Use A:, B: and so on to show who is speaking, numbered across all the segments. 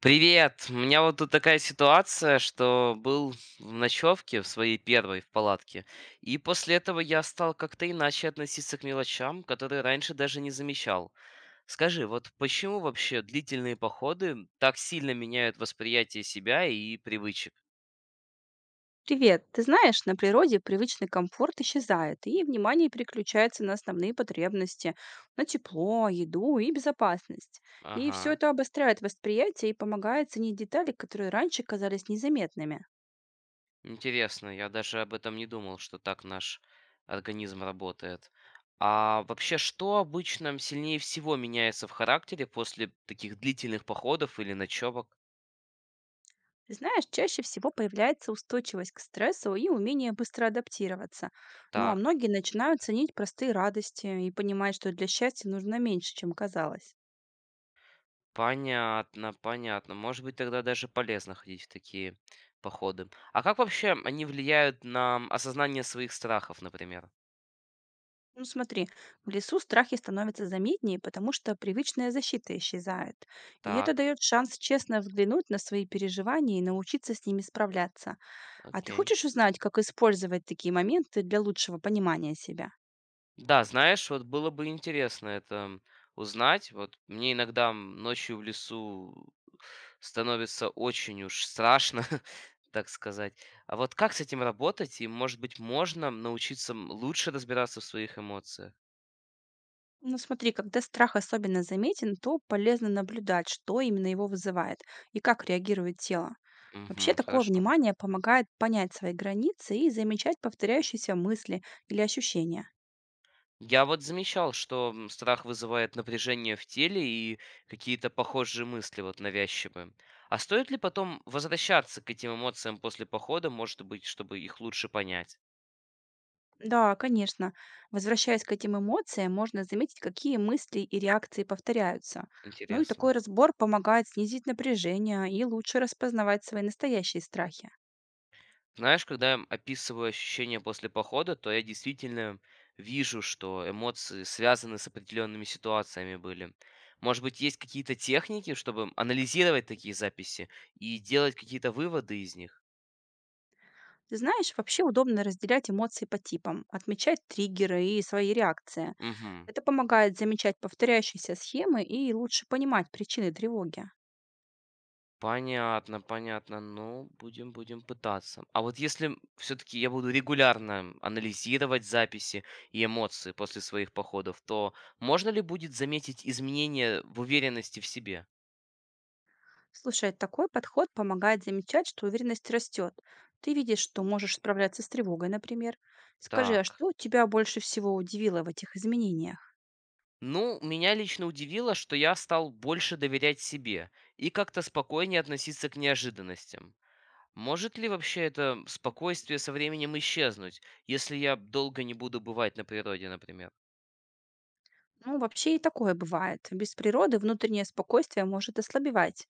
A: Привет! У меня вот тут такая ситуация, что был в ночевке в своей первой в палатке, и после этого я стал как-то иначе относиться к мелочам, которые раньше даже не замечал. Скажи, вот почему вообще длительные походы так сильно меняют восприятие себя и привычек?
B: Привет. Ты знаешь, на природе привычный комфорт исчезает, и внимание переключается на основные потребности, на тепло, еду и безопасность. И
A: Ага,
B: все это обостряет восприятие и помогает ценить детали, которые раньше казались незаметными.
A: интересно, я даже об этом не думал, что так наш организм работает. А вообще, что обычно сильнее всего меняется в характере после таких длительных походов или ночевок?
B: Ты знаешь, чаще всего появляется устойчивость к стрессу и умение быстро адаптироваться. Ну а
A: Так,
B: многие начинают ценить простые радости и понимать, что для счастья нужно меньше, чем казалось.
A: понятно, понятно. Может быть, тогда даже полезно ходить в такие походы. А как вообще они влияют на осознание своих страхов, например?
B: Ну смотри, в лесу страхи становятся заметнее, потому что привычная защита исчезает. И это
A: Так,
B: дает шанс честно взглянуть на свои переживания и научиться с ними справляться. А ты
A: окей.
B: хочешь узнать, как использовать такие моменты для лучшего понимания себя?
A: Да, знаешь, вот было бы интересно это узнать. Вот мне иногда ночью в лесу становится очень уж страшно, так сказать. А вот как с этим работать? И, может быть, можно научиться лучше разбираться в своих эмоциях?
B: Ну смотри, когда страх особенно заметен, то полезно наблюдать, что именно его вызывает и как реагирует тело. Вообще
A: Угу,
B: такое
A: хорошо.
B: внимание помогает понять свои границы и замечать повторяющиеся мысли или ощущения.
A: Я вот замечал, что страх вызывает напряжение в теле и какие-то похожие мысли вот навязчивые. А стоит ли потом возвращаться к этим эмоциям после похода, может быть, чтобы их лучше понять?
B: Да, конечно. Возвращаясь к этим эмоциям, можно заметить, какие мысли и реакции повторяются. Ну и такой
A: Интересно.
B: разбор помогает снизить напряжение и лучше распознавать свои настоящие страхи.
A: Знаешь, когда я описываю ощущения после похода, то я действительно вижу, что эмоции связаны с определенными ситуациями были. Может быть, есть какие-то техники, чтобы анализировать такие записи и делать какие-то выводы из них?
B: Ты знаешь, вообще удобно разделять эмоции по типам, отмечать триггеры и свои реакции.
A: Угу.
B: Это помогает замечать повторяющиеся схемы и лучше понимать причины тревоги.
A: Понятно, понятно. Ну, будем пытаться. А вот если, все таки я буду регулярно анализировать записи и эмоции после своих походов, то можно ли будет заметить изменения в уверенности в себе?
B: Слушай, такой подход помогает замечать, что уверенность растет. Ты видишь, что можешь справляться с тревогой, например. Скажи, а
A: Так.
B: что тебя больше всего удивило в этих изменениях?
A: Ну, меня лично удивило, что я стал больше доверять себе и как-то спокойнее относиться к неожиданностям. Может ли вообще это спокойствие со временем исчезнуть, если я долго не буду бывать на природе, например?
B: Ну, вообще и такое бывает. Без природы внутреннее спокойствие может ослабевать.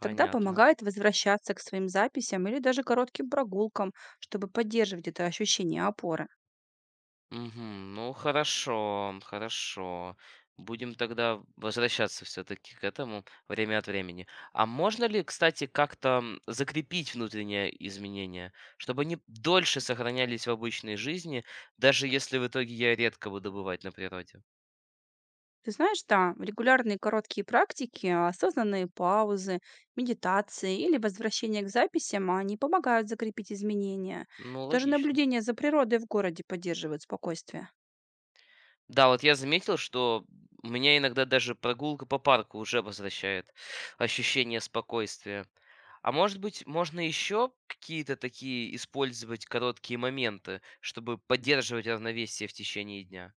B: Тогда помогает возвращаться к своим записям или даже коротким прогулкам, чтобы поддерживать это ощущение опоры.
A: Мгм. Ну хорошо, хорошо. Будем тогда возвращаться все-таки к этому время от времени. А можно ли, кстати, как-то закрепить внутренние изменения, чтобы они дольше сохранялись в обычной жизни, даже если в итоге я редко буду бывать на природе?
B: Ты знаешь, да, регулярные короткие практики, осознанные паузы, медитации или возвращение к записям, они помогают закрепить изменения.
A: Ну,
B: Даже
A: логично.
B: наблюдение за природой в городе поддерживает спокойствие.
A: Да, вот я заметил, что меня иногда даже прогулка по парку уже возвращает ощущение спокойствия. А может быть, можно еще какие-то такие использовать короткие моменты, чтобы поддерживать равновесие в течение дня?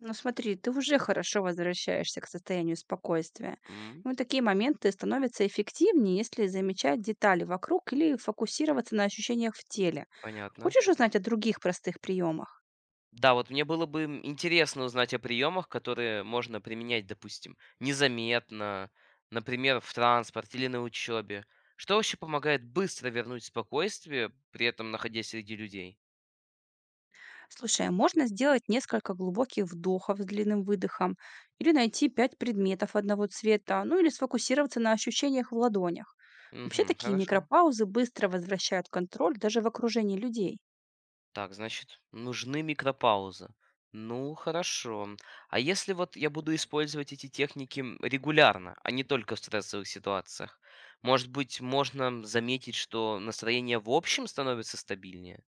B: Ну смотри, ты уже хорошо возвращаешься к состоянию спокойствия.
A: М,
B: Ну, такие моменты становятся эффективнее, если замечать детали вокруг или фокусироваться на ощущениях в теле.
A: понятно.
B: Хочешь узнать о других простых приемах?
A: Да, вот мне было бы интересно узнать о приемах, которые можно применять, допустим, незаметно, например, в транспорте или на учебе. Что вообще помогает быстро вернуть спокойствие, при этом находясь среди людей?
B: Слушай, а можно сделать несколько глубоких вдохов с длинным выдохом, или найти пять предметов одного цвета, ну или сфокусироваться на ощущениях в ладонях. Вообще
A: Угу,
B: такие
A: хорошо.
B: микропаузы быстро возвращают контроль даже в окружении людей.
A: Так, значит, нужны микропаузы. Ну, хорошо. А если вот я буду использовать эти техники регулярно, а не только в стрессовых ситуациях, может быть, можно заметить, что настроение в общем становится стабильнее?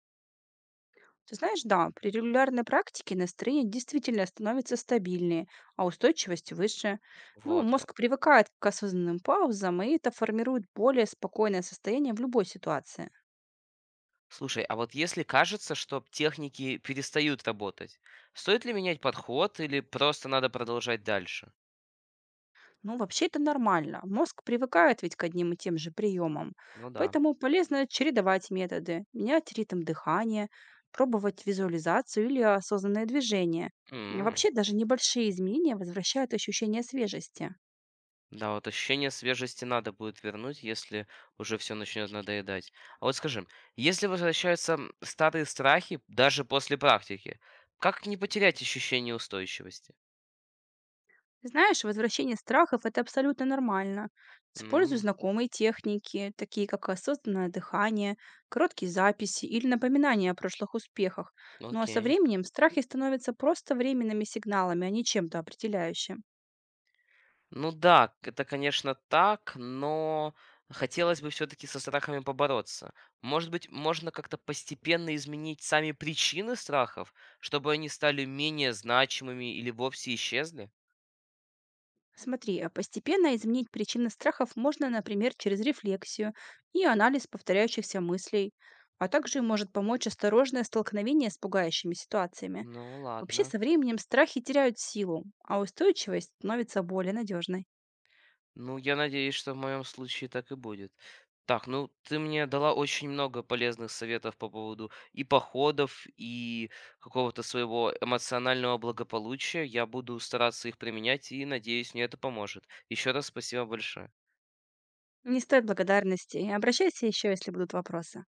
B: Ты знаешь, да, при регулярной практике настроение действительно становится стабильнее, а устойчивость выше. Ну,
A: Вот как.
B: мозг привыкает к осознанным паузам, и это формирует более спокойное состояние в любой ситуации.
A: Слушай, а вот если кажется, что техники перестают работать, стоит ли менять подход или просто надо продолжать дальше?
B: Ну, вообще это нормально. Мозг привыкает ведь к одним и тем же приемам.
A: Ну да.
B: Поэтому полезно чередовать методы, менять ритм дыхания, пробовать визуализацию или осознанное движение. И
A: М.
B: вообще даже небольшие изменения возвращают ощущение свежести.
A: Да, вот ощущение свежести надо будет вернуть, если уже все начнет надоедать. А вот скажи, если возвращаются старые страхи даже после практики, как не потерять ощущение устойчивости?
B: Знаешь, возвращение страхов– это абсолютно нормально. Используй
A: М,
B: знакомые техники, такие как осознанное дыхание, короткие записи или напоминания о прошлых успехах. Ну а со
A: окей.
B: временем страхи становятся просто временными сигналами, а не чем-то определяющим.
A: Ну да, это, конечно, так, но хотелось бы все-таки со страхами побороться. Может быть, можно как-то постепенно изменить сами причины страхов, чтобы они стали менее значимыми или вовсе исчезли?
B: Смотри, а постепенно изменить причины страхов можно, например, через рефлексию и анализ повторяющихся мыслей, а также может помочь осторожное столкновение с пугающими ситуациями.
A: Ну
B: Вообще,
A: ладно.
B: со временем страхи теряют силу, а устойчивость становится более надежной.
A: Ну, я надеюсь, что в моем случае так и будет. Так, ну ты мне дала очень много полезных советов по поводу и походов, и какого-то своего эмоционального благополучия. Я буду стараться их применять и надеюсь, мне это поможет. Еще раз спасибо большое.
B: Не стоит благодарности, обращайся еще, если будут вопросы.